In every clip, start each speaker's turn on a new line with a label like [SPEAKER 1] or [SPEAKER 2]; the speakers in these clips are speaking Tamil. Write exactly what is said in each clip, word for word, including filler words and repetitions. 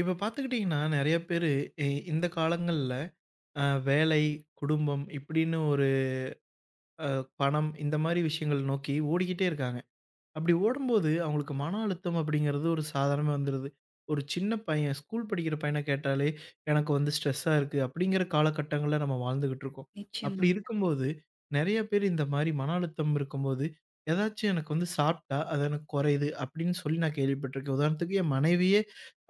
[SPEAKER 1] இப்ப பார்த்துக்கிட்டீங்கன்னா, நெறைய பேரு இ இந்த காலங்கள்ல அ வேலை, குடும்பம் இப்படின்னு ஒரு அ பணம் இந்த மாரி விஷயங்கள் நோக்கி ஓடிக்கிட்டே இருக்காங்க. அப்படி ஓடும்போது, அவங்களுக்கு மன அழுத்தம் அப்படிங்கிறது ஒரு சாதாரணமா வந்துருது. ஒரு சின்ன பையன், ஸ்கூல் படிக்கிற பையன கேட்டாலே, எனக்கு வந்து ஸ்ட்ரெஸ்ஸா இருக்கு அப்படிங்கிற காலகட்டங்கள்ல நம்ம வாழ்ந்துகிட்டு இருக்கோம். அப்படி
[SPEAKER 2] நிச்சயமாங்க.
[SPEAKER 1] இருக்கும்போது, நெறைய பேர் இந்த மாரி மன அழுத்தம் இருக்கும்போது, ஏதாச்சும் எனக்கு வந்து சாப்பிட்டா, அது எனக்கு குறையுது அப்படின்னு சொல்லி நான் கேள்விப்பட்டுருக்கேன். உதாரணத்துக்கு என் மனைவியே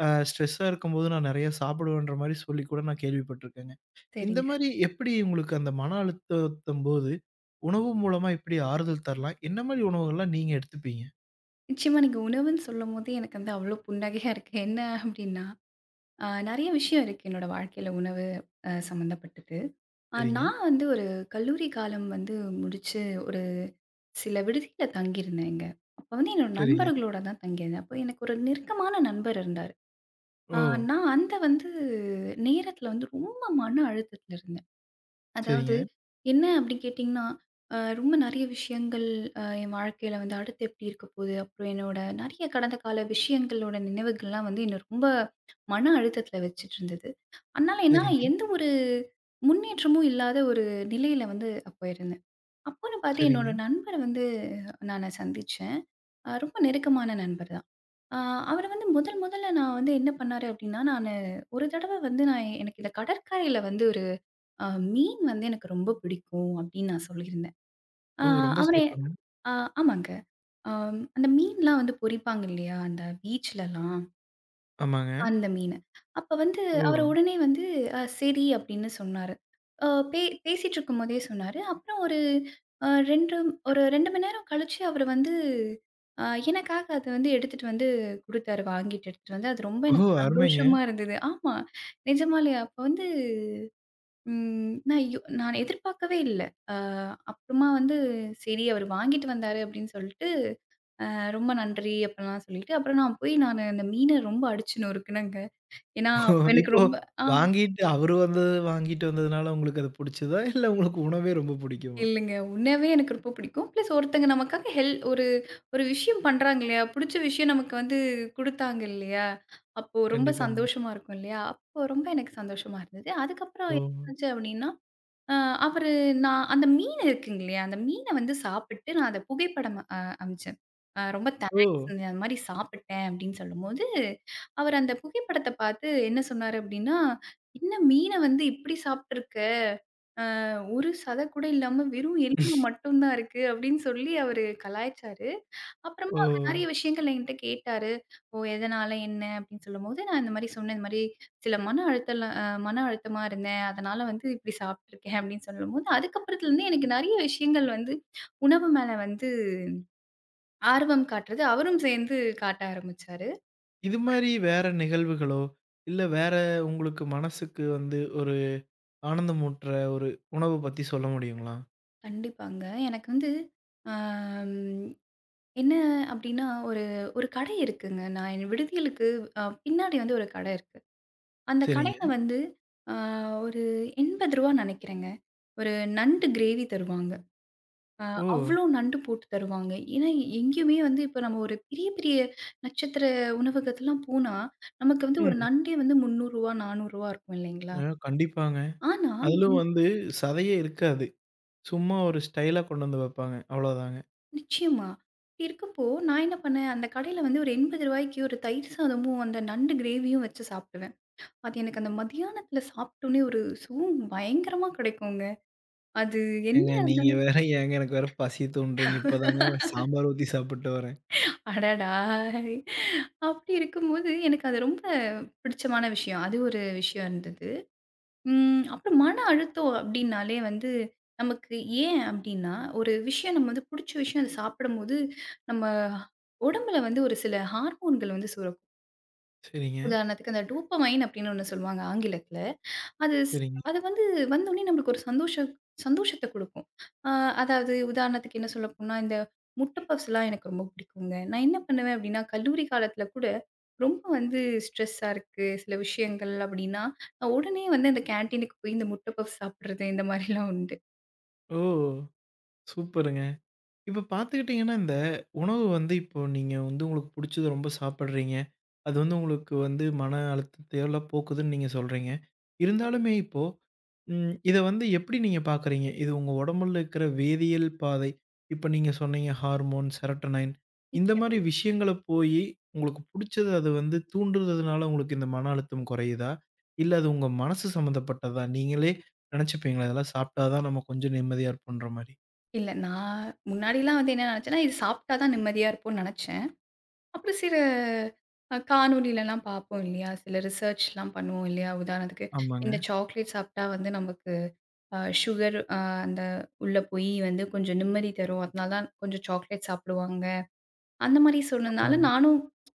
[SPEAKER 1] அ ஸ்ட்ரெஸ்ஸா இருக்கும்போது நான் நெறைய சாப்பிடுவேன்ற மாரி சொல்லி கூட நான் கேள்விப்பட்டுருக்கேங்க. இந்த
[SPEAKER 2] சரிங்க.
[SPEAKER 1] மாரி எப்படி உங்களுக்கு அந்த மன அழுத்தத்தம்போது, உணவு மூலமா எப்படி ஆறுதல் தரலாம்? என்ன மாரி உணவுகள்லாம் நீங்க எடுத்துப்பீங்க?
[SPEAKER 2] நிச்சயமா நீங்க உணவுன்னு சொல்லும்போதே எனக்கு வந்து அவ்ளோ புன்னகையா இருக்கு. என்ன அப்டின்னா, அ நெறைய விஷயம் இருக்கு என்னோட வாழ்க்கையில உணவு அ சம்மந்தப்பட்டது. அ
[SPEAKER 1] சரிங்க,
[SPEAKER 2] நான் வந்து ஒரு கல்லூரி காலம் வந்து முடிச்சு ஒரு சில விடுதியில தங்கியிருந்தேங்க. அப்ப வந்து என்னோட
[SPEAKER 1] சரிங்க.
[SPEAKER 2] நண்பர்களோட தான் தங்கியிருந்தேன். அப்போ எனக்கு ஒரு நெருக்கமான நண்பர் இருந்தாரு. அ
[SPEAKER 1] ஓ!
[SPEAKER 2] நான் அந்த வந்து நேரத்தில வந்து ரொம்ப மன அழுத்தத்தில இருந்தேன். அதாவது
[SPEAKER 1] சரிங்க,
[SPEAKER 2] என்ன அப்படி கேட்டிங்கன்னா, அ ரொம்ப நெறைய விஷயங்கள் அ என் வாழ்க்கையில வந்து அடுத்து எப்படி இருக்க போகுது? அப்புறம் என்னோட நெறைய கடந்த கால விஷயங்களோட நினைவுகள்லாம் வந்து என்ன ரொம்ப மன அழுத்தத்தில வச்சுட்டு இருந்தது. அதனால என்னால
[SPEAKER 1] சரிங்க,
[SPEAKER 2] எந்த ஒரு முன்னேற்றமும் இல்லாத ஒரு நிலையில வந்து அப்ப இருந்தேன். அப்போன்னு பார்த்து என்னோட
[SPEAKER 1] சரிங்க.
[SPEAKER 2] நண்பர வந்து நானு சந்திச்சேன். அ ரொம்ப நெருக்கமான நண்பர் தான். அ அவரு வந்து முதல் முதல்ல நான் வந்து என்ன பண்ணாரு அப்டின்னா, நானு ஒரு தடவ வந்து நான் எனக்கு இந்த கடற்கரையில வந்து ஒரு அ மீன் வந்து எனக்கு ரொம்ப பிடிக்கும் அப்டின்னு நான் சொல்லியிருந்தேன். அ
[SPEAKER 1] ஓ! ரொம்ப
[SPEAKER 2] அவரு
[SPEAKER 1] சிறப்புங்க.
[SPEAKER 2] அ ஆமாங்க. அ அந்த மீன்லாம் வந்து பொரிப்பாங்க இல்லையா? அந்த பீச்லலாம்.
[SPEAKER 1] ஆமாங்க.
[SPEAKER 2] அந்த மீனு. அப்ப வந்து
[SPEAKER 1] ஓ!
[SPEAKER 2] அவரு உடனே வந்து அ சரி அப்படின்னு சொன்னாரு. அ பே பேசிட்டு இருக்கும்போதே சொன்னாரு. அப்புறம் ஒரு அ இரண்டு ஒரு இரண்டு மணி நேரம் கழிச்சு அவரு வந்து அ எனக்காக அத வந்து எடுத்துட்டு வந்து குடுத்தாரு. வாங்கிட்டு எடுத்துட்டு வந்து. அது ரொம்ப
[SPEAKER 1] ஓ!
[SPEAKER 2] எனக்கு
[SPEAKER 1] அருமைங்க.
[SPEAKER 2] சந்தோஷமா இருந்தது. ஆமா. நிஜமாலே அப்ப வந்து ம் நான் யோ நான் எதிர்பார்க்கவே இல்ல. அ அப்புறமா வந்து சரி அவரு வாங்கிட்டு வந்தாரு அப்படின்னு சொல்லிட்டு, அ ரொம்ப நன்றி அப்படிலாம் சொல்லிட்டு, அப்புறம் நான் போய் நானு அந்த மீன ரொம்ப அடிச்சு நொறுக்குனேங்க. ஏன்னா,
[SPEAKER 1] ஓ!
[SPEAKER 2] எனக்கு
[SPEAKER 1] இப்போ
[SPEAKER 2] ரொம்ப ஆ
[SPEAKER 1] வாங்கிட்டு அவரு வந்தது வாங்கிட்டு வந்ததுனால உங்களுக்கு அது புடிச்சதா? இல்ல உங்களுக்கு உணவே ரொம்ப புடிக்குமா?
[SPEAKER 2] இல்லைங்க. உண்மையாவே எனக்கு ரொம்ப பிடிக்கும். பிளஸ் ஒருத்தங்க நமக்காக ஹெல் ஒரு ஒரு விஷயம் பண்றாங்க இல்லையா? புடிச்ச விஷயம் நமக்கு வந்து குடுத்தாங்க இல்லையா? அப்போ ரொம்ப
[SPEAKER 1] கண்டிப்பாங்க.
[SPEAKER 2] சந்தோஷமா இருக்கும் இல்லையா? அப்போ ரொம்ப எனக்கு சந்தோஷமா இருந்தது. அதுக்கப்புறம்
[SPEAKER 1] ஓ!
[SPEAKER 2] என்னாச்சு அப்படின்னா, அ அவரு நான் அந்த மீன் இருக்குங்க இல்லையா? அந்த மீன வந்து சாப்பிட்டு நான் அத புகைப்படம் அ அனுப்பிச்சேன். அ ரொம்ப
[SPEAKER 1] ஓ!
[SPEAKER 2] தேங்க்ஸ்ங்க. அந்த மாரி சாப்பிட்டேன் அப்படின்னு சொல்லும்போது, அவர் அந்த புகைப்படத்த பார்த்து என்ன சொன்னாரு அப்படின்னா, "என்ன மீன வந்து இப்படி சாப்ட்டுருக்க?" ஒரு சத கூட இல்லாம வெறும் எலும்பு மட்டும் தான் இருக்கு அப்படின்னு சொல்லி அவரு கலாய்ச்சாரு. அப்புறமா
[SPEAKER 1] ஓ!
[SPEAKER 2] அவரு நெறைய விஷயங்கள் என்கிட்ட கேட்டாரு. ஓ! எதனால என்ன அப்படின்னு சொல்லும்போது, நான் இந்த மாரி சொன்னேன். இந்த மாரி சில மன அழுத்தம்லாம் அ மன அழுத்தமா இருந்தேன். அதனால வந்து இப்படி சாப்பிட்டுருக்கேன் அப்படின்னு சொல்லும்போது, அதுக்கப்புறத்துல இருந்து எனக்கு நெறைய விஷயங்கள் வந்து உணவு மேல வந்து ஆர்வம் காட்டுறது அவரும் சேர்ந்து காட்ட ஆரம்பிச்சாரு.
[SPEAKER 1] இது மாரி வேற நிகழ்வுகளோ, இல்ல வேற உங்களுக்கு மனசுக்கு வந்து ஒரு ஆனந்தமூட்டுற ஒரு உணவு பத்தி சொல்ல முடியுங்களா?
[SPEAKER 2] கண்டிப்பாங்க. எனக்கு வந்து ஆம். என்ன அப்டின்னா, ஒரு ஒரு கடை இருக்குங்க. நான் என் விடுதிகளுக்கு அ பின்னாடி வந்து ஒரு கடை இருக்கு. அந்த
[SPEAKER 1] சரிங்க.
[SPEAKER 2] கடையில வந்து அ ஒரு ரூ. எண்பது நெனைக்கிறேங்க. ஒரு நண்டு கிரேவி தருவாங்க. அ
[SPEAKER 1] ஓ!
[SPEAKER 2] அவ்ளோ நண்டு போட்டு தருவாங்க. ஏன்னா, எங்கேயுமே வந்து இப்ப நம்ம ஒரு பெரிய பெரிய நட்சத்திர உணவகத்துலாம் போனா, நமக்கு வந்து ஒரு
[SPEAKER 1] ம்.
[SPEAKER 2] நண்டே வந்து ரூ. முந்நூறு ரூ. நானூறு இருக்கும் இல்லைங்களா?
[SPEAKER 1] அ கண்டிப்பாங்க.
[SPEAKER 2] ஆனா
[SPEAKER 1] அதிலும்
[SPEAKER 2] இந்
[SPEAKER 1] வந்து சதையே இருக்காது. சும்மா ஒரு ஸ்டைலா கொண்டு வந்து வைப்பாங்க. அவ்வளோதாங்க.
[SPEAKER 2] நிச்சயமா. இப்டி இருக்கப்போ, நான் என்ன பண்ணேன், அந்த கடையில வந்து ஒரு ரூ. 80க்கு ஒரு தயிர் சாதமும், அந்த நண்டு கிரேவியும் வச்சு சாப்டுவேன். அது எனக்கு அந்த மதியானத்தில சாப்பிட்டோனே ஒரு சுகம் பயங்கரமா கிடைக்குங்க. அது என்ன
[SPEAKER 1] ஏங்க நீங்க
[SPEAKER 2] இருந்தாலும்
[SPEAKER 1] வேற ஏங்க எனக்கு வேற பசி தூண்டுறீங்க. இப்பதாங்க சாம்பார் ஊத்தி சாப்பிட்டு வரேன்.
[SPEAKER 2] அடடா! அப்படி இருக்கும்போது எனக்கு அது ரொம்ப பிடிச்சமான விஷயம். அது ஒரு விஷயம் இருந்தது. ம் அப்புறம் மன அழுத்தம் அப்படின்னாலே வந்து நமக்கு ஏன் அப்படின்னா, ஒரு விஷயம் நம்ம வந்து புடிச்ச விஷயம் அத சாப்பிடும்போது, நம்ம உடம்புல வந்து ஒரு சில ஹார்மோன்கள் வந்து சுரக்கும்.
[SPEAKER 1] சரிங்க,
[SPEAKER 2] உதாரணத்துக்கு அந்த டோப்பமைன் அப்படின்னு ஒண்ணு சொல்லுவாங்க ஆங்கிலத்தில. அது ஸ்
[SPEAKER 1] சரிங்க.
[SPEAKER 2] அது வந்து வந்தோனே நம்மளுக்கு ஒரு சந்தோஷம் சந்தோஷத்த குடுக்கும். அ அதாவது உதாரணத்துக்கு என்ன சொல்லப்போனா, இந்த முட்ட பப்ஸ்லாம் எனக்கு ரொம்ப பிடிக்குங்க. நான் என்ன பண்ணுவேன் அப்டின்னா, கல்லூரி காலத்துல கூட ரொம்ப வந்து ஸ்ட்ரெஸ்ஸா இருக்கு, சில விஷயங்கள் அப்டின்னா, நான் உடனே வந்து அந்த கேன்டீனுக்கு போய் இந்த முட்ட பப்ஸ் சாப்பிடுறது இந்த மாரிலாம் உண்டு.
[SPEAKER 1] ஓ! சூப்பருங்க. இப்ப பார்த்துக்கிட்டீங்கன்னா, இந்த உணவு வந்து இப்போ நீங்க வந்து உங்களுக்கு புடிச்சது ரொம்ப சாப்பிடுறீங்க. அது வந்து உங்களுக்கு வந்து மன அழுத்தத்தையெல்லாம் போக்குதுன்னு நீங்க சொல்றீங்க. இருந்தாலுமே இப்போ ம். இத வந்து எப்படி நீங்க பார்க்குறீங்க? இது உங்க உடம்புல இருக்கிற வேதியியல் பாதை, இப்ப நீங்க சொன்னீங்க ஹார்மோன், செரட்டனைன் இந்த
[SPEAKER 2] நிச்சயமா.
[SPEAKER 1] மாரி விஷயங்கள போயி, உங்களுக்கு புடிச்சது அது வந்து தூண்டுறதுனால உங்களுக்கு இந்த மன அழுத்தம் குறையுதா? இல்ல அது உங்க மனசு சம்மந்தப்பட்டதா? நீங்களே நெனச்சுப்பீங்களா, இதெல்லாம் சாப்பிட்டா தான் நம்ம கொஞ்சம் நிம்மதியா இருப்போன்ற மாரி?
[SPEAKER 2] இல்ல நான் முன்னாடிலாம் வந்து என்ன நெனச்சேன்னா, இது சாப்ட்டா தான் நிம்மதியா இருப்போம்னு நெனச்சேன். அப்புறம் சில அ காணொளிலலாம் பார்ப்போம் இல்லையா? சில ரிசர்ச்லாம் பண்ணுவோம் இல்லையா? உதாரணத்துக்கு,
[SPEAKER 1] ஆமாங்க.
[SPEAKER 2] இந்த சாக்லேட் சாப்பிட்டா வந்து நமக்கு அ சுகர் அ அந்த உள்ள போய் வந்து கொஞ்சம் நிம்மதி தரும். அதனால தான் கொஞ்சம் சாக்லேட் சாப்பிடுவாங்க. அந்த மாரி சொன்னனால
[SPEAKER 1] ஆமாங்க
[SPEAKER 2] நானும்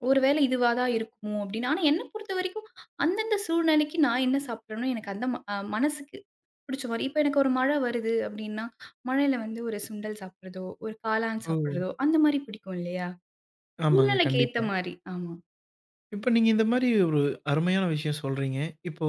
[SPEAKER 2] ஒரு வேளை இதுவா தான் இருக்குமோ! அப்படின்னு. ஆனா என்ன பொறுத்தவரைக்கும் அந்தந்த சூழ்நிலைக்கு நான் என்ன சாப்பிட்றேனோ எனக்கு அந்த ம அ மனசுக்கு பிடிச்ச மாரி. இப்ப எனக்கு ஒரு மழை வருது அப்படின்னா, மழையில வந்து ஒரு சுண்டல் சாப்பிடுறதோ, ஒரு காளான்
[SPEAKER 1] ஓ!
[SPEAKER 2] சாப்பிடுறதோ அந்த மாரி பிடிக்கும் இல்லையா?
[SPEAKER 1] ஆமாங்க.
[SPEAKER 2] சூழ்நிலைக்கு ஏத்த
[SPEAKER 1] கண்டிப்பா.
[SPEAKER 2] மாரி. ஆமா.
[SPEAKER 1] இப்ப நீங்க இந்த மாரி ஒரு அருமையான விஷயம் சொல்றீங்க. இப்போ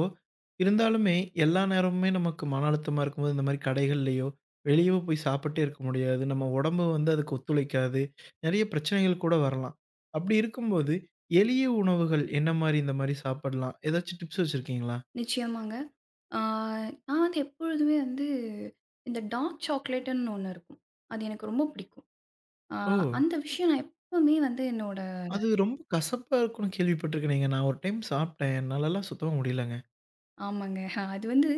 [SPEAKER 1] இருந்தாலுமே எல்லா நேரமுமே நமக்கு மன அழுத்தமா இருக்கும்போது, இந்த மாரி கடைகள்லயோ, வெளியவோ போய் சாப்பிட்டே இருக்க முடியாது. நம்ம உடம்பு வந்து அதுக்கு ஒத்துழைக்காது. நெறைய பிரச்சனைகள் கூட வரலாம். அப்படி இருக்கும்போது, எளிய உணவுகள் என்ன மாரி இந்த மாரி சாப்பிடலாம்? ஏதாச்சும் டிப்ஸ் வச்சிருக்கீங்களா?
[SPEAKER 2] நிச்சயமாங்க. ஆ நான் வந்து எப்பொழுதுமே வந்து இந்த டார்க் சாக்லேட்டுன்னு ஒண்ணு இருக்கும். அது எனக்கு ரொம்ப பிடிக்கும். ஆ
[SPEAKER 1] ஓ!
[SPEAKER 2] அந்த விஷயம் நான் எப்பவுமே வந்து என்னோட
[SPEAKER 1] அது ரொம்ப கசப்பா இருக்கும்னு கேள்விப்பட்டுருக்கேனேங்க. நான் ஒரு டைம் சாப்பிட்டேன். என்னாலலாம் சுத்தமா முடியலங்க.
[SPEAKER 2] ஆமாங்க. அஹ் அது வந்து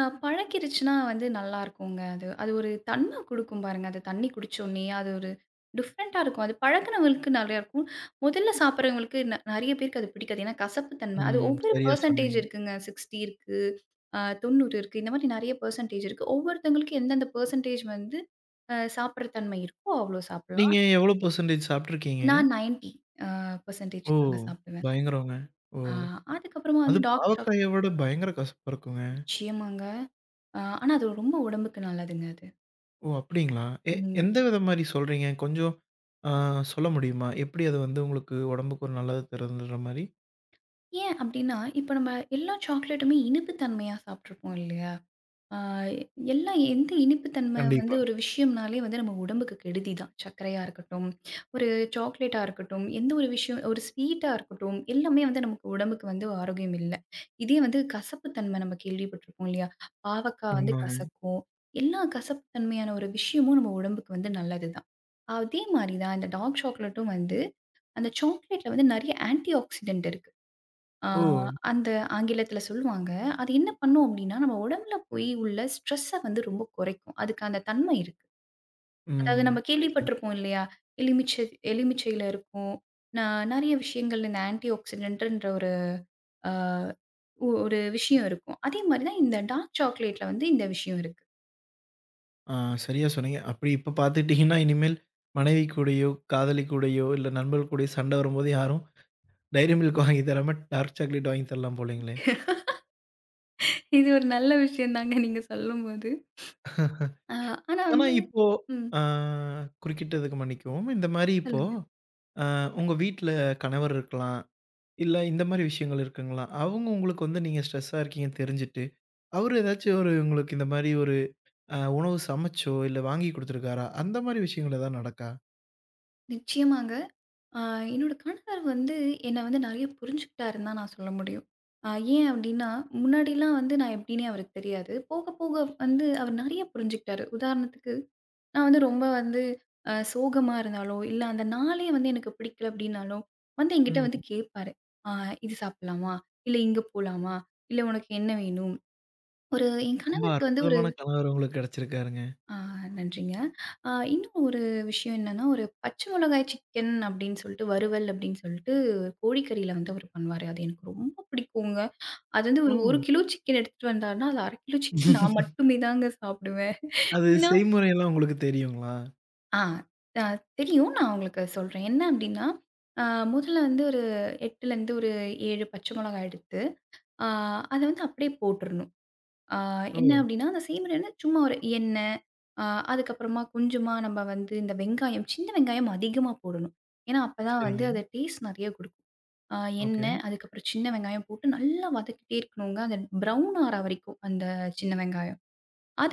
[SPEAKER 2] அ பழகிருச்சுனா வந்து நல்லாருக்குங்க அது. அது ஒரு தன்ம குடுக்கும் பாருங்க. அது தண்ணி குடிச்சோனே, அது ஒரு டிஃப்ரெண்ட்டா இருக்கும். அது பழகுனவங்களுக்கு நெறையா இருக்கும். முதல்ல சாப்பிடுறவங்களுக்கு ந நெறைய பேருக்கு அது பிடிக்காது. ஏன்னா கசப்பு தன்ம. அது
[SPEAKER 1] ம்.
[SPEAKER 2] ஒவ்வொரு
[SPEAKER 1] சரியா
[SPEAKER 2] பெர்சன்டேஜ்
[SPEAKER 1] சொன்னீங்க.
[SPEAKER 2] இருக்குங்க. அறுபது இருக்கு, அ தொண்ணூறு இருக்கு. இந்த மாரி நெறைய பெர்சன்டேஜ் இருக்கு. ஒவ்வொருத்தவங்களுக்கு எந்தெந்த பெர்சன்டேஜ் வந்து அ சாப்பிடுற தன்மை இருக்கோ, அவ்ளோ
[SPEAKER 1] நீங்க
[SPEAKER 2] சாப்பிடலாம்.
[SPEAKER 1] எவ்வளோ பெர்சென்டேஜ் சாப்பிட்டுருக்கீங்கங்க?
[SPEAKER 2] நான் தொண்ணூறு அ பெர்சன்டேஜ்
[SPEAKER 1] ஓ!
[SPEAKER 2] தாங்க சாப்பிடுவேன்.
[SPEAKER 1] பயங்கரங்க. ஓ!
[SPEAKER 2] அ அதுக்கப்புறமா
[SPEAKER 1] அது
[SPEAKER 2] வந்து டாக் சாப்
[SPEAKER 1] பாவக்காய விட பயங்கர கசப்பா இருக்குங்க.
[SPEAKER 2] நிச்சயமாங்க. ஆ, ஆனா அது ரொம்ப உடம்புக்கு நல்லதுங்க அது.
[SPEAKER 1] ஓ! அப்டிங்களா? எ
[SPEAKER 2] ம்.
[SPEAKER 1] எந்த வித மாரி சொல்றீங்க? கொஞ்சம் ஆ சொல்ல முடியுமா? எப்படி அது வந்து உங்களுக்கு உடம்புக்கு ஒரு நல்லது தருதுன்ற மாரி?
[SPEAKER 2] ஏன் அப்டின்னா, இப்ப நம்ம எல்லா சாக்லேட்டுமே இனிப்பு தன்மையா சாப்ட்டுருப்போம் இல்லையா? ஆ எல்லாம் எந்த இனிப்பு தன்மை வந்து
[SPEAKER 1] கண்டிப்பா.
[SPEAKER 2] ஒரு விஷயம்னாலே வந்து நம்ம உடம்புக்கு கெடுதி தான். சர்க்கரையா இருக்கட்டும், ஒரு சாக்லேட்டா இருக்கட்டும், எந்த ஒரு விஷயம் ஒரு ஸ்வீட்டா இருக்கட்டும், எல்லாமே வந்து நமக்கு உடம்புக்கு வந்து ஆரோக்கியம் இல்ல. இதே வந்து கசப்பு தன்மை நம்ம கேள்விப்பட்டிருப்போம் இல்லையா? பாவக்காய் வந்து
[SPEAKER 1] ஆமாங்க.
[SPEAKER 2] கசக்கும். எல்லா கசப்பு தன்மையான ஒரு விஷயமும் நம்ம உடம்புக்கு வந்து நல்லது தான். அதே மாரி தான் இந்த டார்க் சாக்லேட்டும் வந்து அந்த சாக்லேட்ல வந்து நெறைய ஆன்டி ஆக்ஸிடென்ட் இருக்கு. ஆ
[SPEAKER 1] ஓ!
[SPEAKER 2] அந்த ஆங்கிலத்தில சொல்லுவாங்க. அது என்ன பண்ணும் அப்டின்னா, நம்ம உடம்புல போய் உள்ள ஸ்ட்ரெஸ்ஸ வந்து ரொம்ப குறைக்கும். அதுக்கு அந்த தன்மை இருக்கு. அதாவது
[SPEAKER 1] ம்.
[SPEAKER 2] நம்ம
[SPEAKER 1] புரியுதுங்க.
[SPEAKER 2] கேள்விப்பட்டிருப்போம் இல்லையா? எலுமிச்சை எலுமிச்சையில இருக்கும். நான் நெறைய விஷயங்கள் இந்த ஆன்டி ஆக்ஸிடென்ட்ன்ற ஒரு ஆ ஒரு விஷயம் இருக்கும். அதே மாரி தான் இந்த டார்க் சாக்லேட்ல வந்து இந்த விஷயம் இருக்கு.
[SPEAKER 1] ஆ சரியா சொன்னீங்க. அப்படி இப்ப பார்த்துக்கிட்டீங்கன்னா, இனிமேல் மனைவி கூடயோ, காதலி கூடயோ, இல்ல நண்பர்கள் கூடயோ சண்டை வரும்போது யாரும் டைரி மில்க் வாங்கி தராம டார்க் சாக்லேட் வாங்கி தரலாம் போலங்களே.
[SPEAKER 2] இது ஒரு நல்ல விஷயம் தாங்க நீங்க சொல்லும்போது. ஆ ஆனா
[SPEAKER 1] ஆனா
[SPEAKER 2] வந்து
[SPEAKER 1] இப்போ
[SPEAKER 2] ம்.
[SPEAKER 1] ஆ குறுக்கிட்டதுக்கு மன்னிக்கவும். இந்த மாரி இப்போ
[SPEAKER 2] சொல்லுங்க.
[SPEAKER 1] ஆ உங்க வீட்ல கணவர் இருக்கலாம். இல்ல இந்த மாரி விஷயங்கள் இருக்குங்களா? அவங்க உங்களுக்கு வந்து நீங்க ஸ்ட்ரெஸ்ஸா இருக்கீங்கன்னு தெரிஞ்சுட்டு, அவரு ஏதாச்சும் ஒரு உங்களுக்கு இந்த மாரி ஒரு அ உணவு சமைச்சோ, இல்ல வாங்கி குடுத்துருக்காரா? அந்த மாரி விஷயங்கள் ஏதாவது நடக்கா?
[SPEAKER 2] நிச்சயமாங்க. ஆ என்னோட கணவர் வந்து என்ன வந்து நெறைய புரிஞ்சுக்கிட்டாருன்னு தான் நான் சொல்ல முடியும். அ ஏன் அப்டின்னா, முன்னாடிலாம் வந்து நான் எப்டின்னே அவருக்கு தெரியாது. போக போக வந்து அவர் நெறைய புரிஞ்சுக்கிட்டாரு. உதாரணத்துக்கு நான் வந்து ரொம்ப வந்து அ சோகமா இருந்தாலோ, இல்ல அந்த நாளே வந்து எனக்கு பிடிக்கல அப்டின்னாலோ, வந்து என்கிட்ட
[SPEAKER 1] ம்.
[SPEAKER 2] வந்து கேட்பாரு. "ஆ இது சாப்பிடலாமா? இல்ல இங்க போலாமா? இல்ல உனக்கு என்ன வேணும்?" ஒரு என்
[SPEAKER 1] ரொம்ப
[SPEAKER 2] கணவருக்கு வந்து ஒரு
[SPEAKER 1] அற்புதமான கணவர் உங்களுக்கு கெடைச்சிருக்காருங்க.
[SPEAKER 2] ஆ நன்றிங்க. ஆ இன்னும் ஒரு விஷயம் என்னன்னா, ஒரு பச்சை மிளகாய் சிக்கன் அப்படின்னு சொல்லிட்டு, வறுவல் அப்படின்னு சொல்லிட்டு கோழிக்கறியில வந்து அவரு பண்ணுவாரு. அது எனக்கு ரொம்ப பிடிக்குங்க. அது வந்து
[SPEAKER 1] ஓ!
[SPEAKER 2] ஒரு 1 கிலோ சிக்கன் எடுத்துட்டு வந்தாருன்னா, அது அரை கிலோ சிக்கன் நான் மட்டுமே தாங்க சாப்பிடுவேன்.
[SPEAKER 1] அது
[SPEAKER 2] ஏன்னா
[SPEAKER 1] செய்முறையெல்லாம் உங்களுக்கு தெரியுங்களா?
[SPEAKER 2] ஆ அ தெரியும். நான் உங்களுக்கு சொல்றேன். என்ன அப்படின்னா, ஆ முதல்ல வந்து ஒரு 8லேருந்து ஒரு ஏழு பச்சை மிளகாய் எடுத்து, ஆ அத வந்து அப்படியே போட்டுறணும். ஆ
[SPEAKER 1] ஓ!
[SPEAKER 2] என்ன அப்படின்னா, அந்த செய்முறைன்னா சும்மா ஒரு எண்ணெய், ஆ அதுக்கப்புறமா கொஞ்சமா நம்ம வந்து இந்த வெங்காயம், சின்ன வெங்காயம் அதிகமா போடணும். ஏன்னா, அப்பதான் வந்து
[SPEAKER 1] சரிங்க.
[SPEAKER 2] அது டேஸ்ட் நெறைய குடுக்கும். ஆ
[SPEAKER 1] ஓகே.
[SPEAKER 2] எண்ணெய், அதுக்கப்புறம் சின்ன வெங்காயம் போட்டு நல்லா வதக்கிட்டே இருக்கணுங்க. அது ப்ரவுன் ஆற வரைக்கும் அந்த சின்ன வெங்காயம்.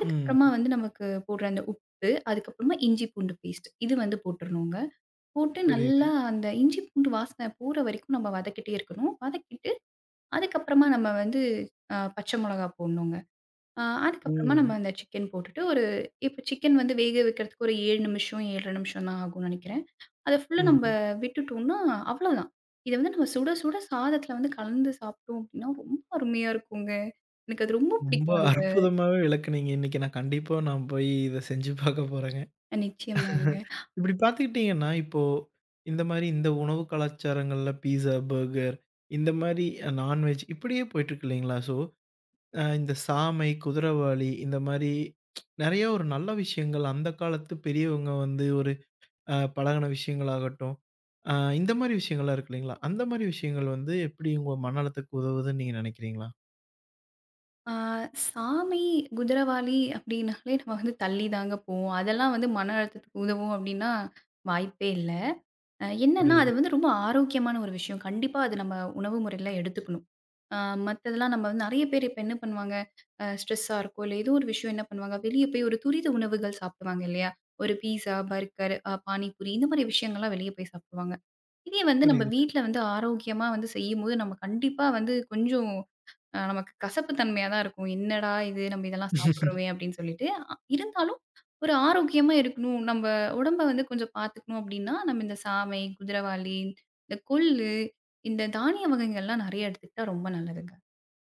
[SPEAKER 1] ம்.
[SPEAKER 2] வந்து நமக்கு போடுற அந்த உப்பு, அதுக்கப்புறமா இஞ்சி பூண்டு பேஸ்ட் இது வந்து போட்டுறணுங்க. போட்டு
[SPEAKER 1] புரியுது.
[SPEAKER 2] நல்லா அந்த இஞ்சி பூண்டு வாசனை போற வரைக்கும் நம்ம வதக்கிட்டே இருக்கணும். வதக்கிட்டு அதுக்கப்புறமா நம்ம வந்து அ பச்சை மொளகா போடணுங்க. ஆ
[SPEAKER 1] ஓ!
[SPEAKER 2] அதுக்கப்புறமா நம்ம அந்த சிக்கன் போட்டுட்டு ஒரு இப்போ சிக்கன் வந்து வேக வைக்கிறதுக்கு ஒரு ஏழு நிமிஷம், ஏழு அரை நிமிஷம் தான் ஆகும்னு நெனைக்கிறேன். அத ஃபுல்லா நம்ம
[SPEAKER 1] ம்.
[SPEAKER 2] விட்டுட்டோம்னா அவ்வளோதான். இத வந்து நம்ம சுட சுட சாதத்துல வந்து கலந்து சாப்பிட்டோம் அப்டின்னா, ரொம்ப அருமையா இருக்குங்க. எனக்கு அது ரொம்ப
[SPEAKER 1] ரொம்ப
[SPEAKER 2] பிடிக்கும் அந்த
[SPEAKER 1] அற்புதமாவே விளக்குனீங்க. இன்னைக்கு நான் கண்டிப்பா நான் போய் இத செஞ்சு பாக்க போறேங்க.
[SPEAKER 2] நிச்சயமாங்க.
[SPEAKER 1] இப்படி பார்த்துக்கிட்டிங்கன்னா, இப்போ இந்த மாரி இந்த உணவு கலாச்சாரங்கள்ல பீஸா, பர்கர் இந்த மாரி அ நான்வெஜ் இப்படியே போயிட்டுருக்கு இல்லைங்களா? ஸோ, அ இந்த சாமை, குதிரவாலி இந்த மாரி நெறைய ஒரு நல்ல விஷயங்கள் அந்த காலத்து பெரியவங்க வந்து ஒரு அ பழகுன விஷயங்களாகட்டும், அ இந்த மாரி விஷயங்கள்லாம் இருக்கு இல்லைங்களா? அந்த மாரி விஷயங்கள் வந்து எப்படி உங்க மன அழுத்தத்துக்கு உதவுதுன்னு நீங்க நினைக்கிறீங்களா?
[SPEAKER 2] ஆ சாமி, குதிரவாலி அப்டின்னாலே நம்ம வந்து தள்ளி தாங்க போவோம். அதெல்லாம் வந்து மன அழுத்தத்துக்கு உதவும் அப்டின்னா வாய்ப்பே இல்ல. அ என்னன்னா, அது
[SPEAKER 1] புரியுது,
[SPEAKER 2] வந்து ரொம்ப ஆரோக்கியமான ஒரு விஷயம். கண்டிப்பா அது நம்ம உணவு முறையில எடுத்துக்கணும். அ மத்ததெல்லாம் நம்ம வந்து நெறைய பேர் இப்ப என்ன பண்ணுவாங்க, அ ஸ்ட்ரெஸ்ஸா இருக்கோ, இல்ல ஏதோ ஒரு விஷயம் என்ன பண்ணுவாங்க, வெளிய போய் ஒரு துரித உணவுகள் சாப்பிடுவாங்க இல்லையா? ஒரு பீஸா, பர்கர், அ பானிபூரி இந்த மாரி விஷயங்கள்லாம் வெளிய போய் சாப்பிடுவாங்க. இதே வந்து நம்ம
[SPEAKER 1] புரியுதுங்க.
[SPEAKER 2] வீட்ல வந்து ஆரோக்கியமா வந்து செய்யும்போது, நம்ம கண்டிப்பா வந்து கொஞ்சம் அ நமக்கு கசப்பு தன்மையா தான் இருக்கும். என்னடா இது நம்ம இதெல்லாம் சாப்பிடுறோமே அப்படின்னு சொல்லிட்டு. அ இருந்தாலும் ஒரு ஆரோக்கியமா இருக்கணும். நம்ம உடம்ப வந்து கொஞ்சம் பார்த்துக்கணும் அப்படின்னா, நம்ம இந்த சாமை, குதிரவாளி, இந்த கொள்ளு, இந்த தானிய வகைகள்லாம் நெறைய எடுத்துக்கிட்டா ரொம்ப நல்லதுங்க.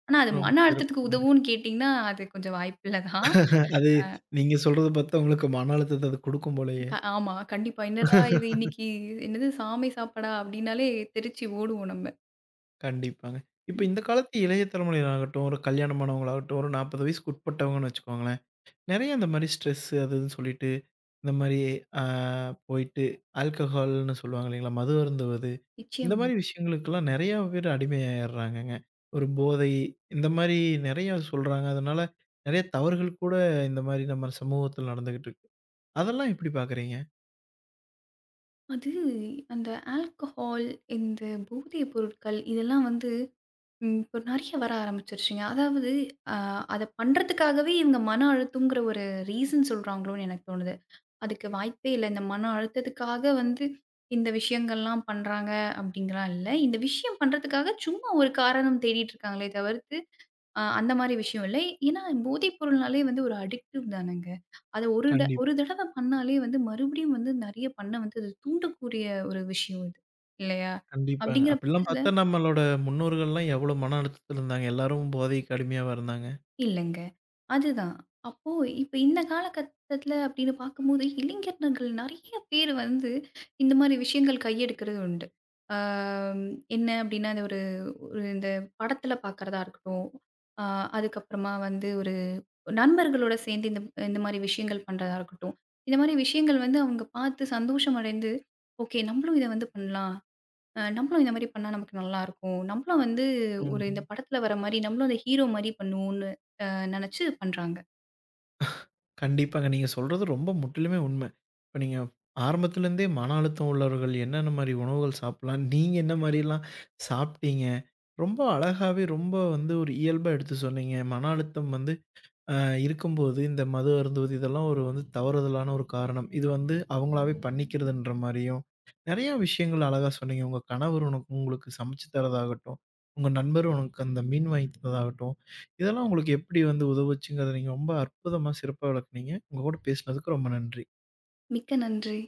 [SPEAKER 2] ஆனா அது
[SPEAKER 1] ரொம்ப
[SPEAKER 2] மன அழுத்தத்துக்கு
[SPEAKER 1] சிறப்புங்க.
[SPEAKER 2] உதவும்னு கேட்டீங்கன்னா, அது கொஞ்சம் வாய்ப்பில்ல தான்.
[SPEAKER 1] அது நீங்க சொல்றத பார்த்தா உங்களுக்கு மன அழுத்தத்த அது குடுக்கும் போலயே.
[SPEAKER 2] க ஆமா. கண்டிப்பா. என்னடா இது இன்னைக்கு என்னது சாமை சாப்பாடா அப்படின்னாலே தெரிச்சு ஓடுவோம் நம்ம.
[SPEAKER 1] கண்டிப்பாங்க. இப்ப இந்த காலத்து இளைய தலைமுறையினராகட்டும், ஒரு கல்யாணமானவங்களாகட்டும், ஒரு நாற்பது வயசுக்கு உட்பட்டவங்கன்னு வச்சுக்கோங்களேன். நெறைய இந்த மாரி ஸ்ட்ரெஸ் அது இதுன்னு சொல்லிட்டு, இந்த மாரி ஆ போயிட்டு ஆல்கஹால்ன்னு சொல்லுவாங்க இல்லைங்களா? மது அருந்துவது, இந்த மாரி
[SPEAKER 2] நிச்சயமாங்க.
[SPEAKER 1] விஷயங்களுக்கெல்லாம் நெறையா பேர் அடிமையாயிர்றாங்கங்க. ஒரு போதை இந்த மாரி நெறையா சொல்றாங்க. அதனால நெறைய தவறுகள் கூட இந்த மாரி நம்ம சமூகத்துல நடந்துகிட்டு இருக்கு. அதெல்லாம் எப்படி பார்க்குறீங்க?
[SPEAKER 2] அது அந்த ஆல்கஹால், இந்த போதைப் பொருட்கள் இதெல்லாம் வந்து ம். இப்போ நெறைய வர ஆரம்பிச்சுருச்சுங்க. அதாவது அ அத பண்றதுக்காகவே இவங்க மன அழுத்தம்ங்கிற ஒரு ரீசன் சொல்றாங்களோன்னு எனக்கு தோணுது. அதுக்கு வாய்ப்பே இல்ல. இந்த மன அழுத்தத்துக்காக வந்து இந்த விஷயங்கள்லாம் பண்றாங்க அப்படிங்கலாம் இல்ல. இந்த விஷயம் பண்றதுக்காக சும்மா ஒரு காரணம் தேடிட்டு இருக்காங்களே தவிர்த்து, அ அந்த மாரி விஷயம் இல்ல. ஏன்னா போதைப் பொருள்னாலே வந்து ஒரு அடிக்டிவ் தானங்க. அத ஒரு ட
[SPEAKER 1] கண்டிப்பா,
[SPEAKER 2] ஒரு தடவ பண்ணாலே வந்து மறுபடியும் வந்து நெறைய பண்ண வந்து அது தூண்டக்கூடிய ஒரு விஷயம் இது. இல்லையா?
[SPEAKER 1] கண்டிப்பாங்க.
[SPEAKER 2] அப்படிங்கிற
[SPEAKER 1] அப்படிலாம்
[SPEAKER 2] பட்சத்தில
[SPEAKER 1] பார்த்தா நம்மளோட முன்னோர்கள்லாம் எவ்வளோ மன அழுத்தத்துல இருந்தாங்க. எல்லாரும் போதைக்கு அடிமையாவா இருந்தாங்க.
[SPEAKER 2] இல்லங்க. அதுதான். அப்போ இப்ப இந்த காலகட்டத்துல அப்படின்னு பார்க்கும்போது, இளைஞர்கள் நெறைய பேர் வந்து இந்த மாரி விஷயங்கள் கையெடுக்கிறது உண்டு. ஆ என்ன அப்படின்னா, அந்த ஒரு ஒரு இந்த படத்துல பார்க்கறதா இருக்கட்டும், ஆ அதுக்கப்புறமா வந்து ஒரு நண்பர்களோட சேர்ந்து இந்த இந்த மாரி விஷயங்கள் பண்றதா இருக்கட்டும். இந்த மாரி விஷயங்கள் வந்து அவங்க பார்த்து சந்தோஷம் அடைந்து, "ஓகே நம்மளும் இத வந்து பண்ணலாம். அ நம்மளும் இந்த மாரி பண்ணா நமக்கு நல்லாருக்கும். நம்மளும் வந்து ஒரு இந்த
[SPEAKER 1] ம்.
[SPEAKER 2] படத்துல வர மாரி நம்மளும் அந்த ஹீரோ மாரி பண்ணுவோம்னு" நினைச்சு பண்றாங்க.
[SPEAKER 1] கண்டிப்பாங்க. நீங்க சொல்றது ரொம்ப முற்றிலுமே உண்மை. இப்ப நீங்க ஆரம்பத்துல இருந்தே மன அழுத்தம் உள்ளவர்கள் என்னென்ன மாரி உணவுகள் சாப்பிடலாம், நீங்க என்ன மாரிலாம் சாப்பிட்டீங்க, ரொம்ப அழகாவே ரொம்ப வந்து ஒரு இயல்பா எடுத்து சொன்னீங்க. மன அழுத்தம் வந்து அ இருக்கும்போது, இந்த மது அருந்துவது இதெல்லாம் ஒரு வந்து தவறுதலான ஒரு காரணம். இது வந்து அவங்களாவே பண்ணிக்கிறதுன்ற மாரியும், நெறைய விஷயங்கள் அழகா சொன்னீங்க. உங்க கணவர் உனக்கு உங்களுக்கு சமைச்சு தரதாகட்டும், உங்க நண்பர் உனக்கு அந்த மீன் வாங்கி தந்ததாகட்டும், இதெல்லாம் உங்களுக்கு எப்படி வந்து உதவுச்சுங்கிறத நீங்க ரொம்ப அற்புதமா, சிறப்பா விளக்குனீங்க. உங்க கூட பேசினதுக்கு ரொம்ப நன்றி.
[SPEAKER 2] மிக்க நன்றி.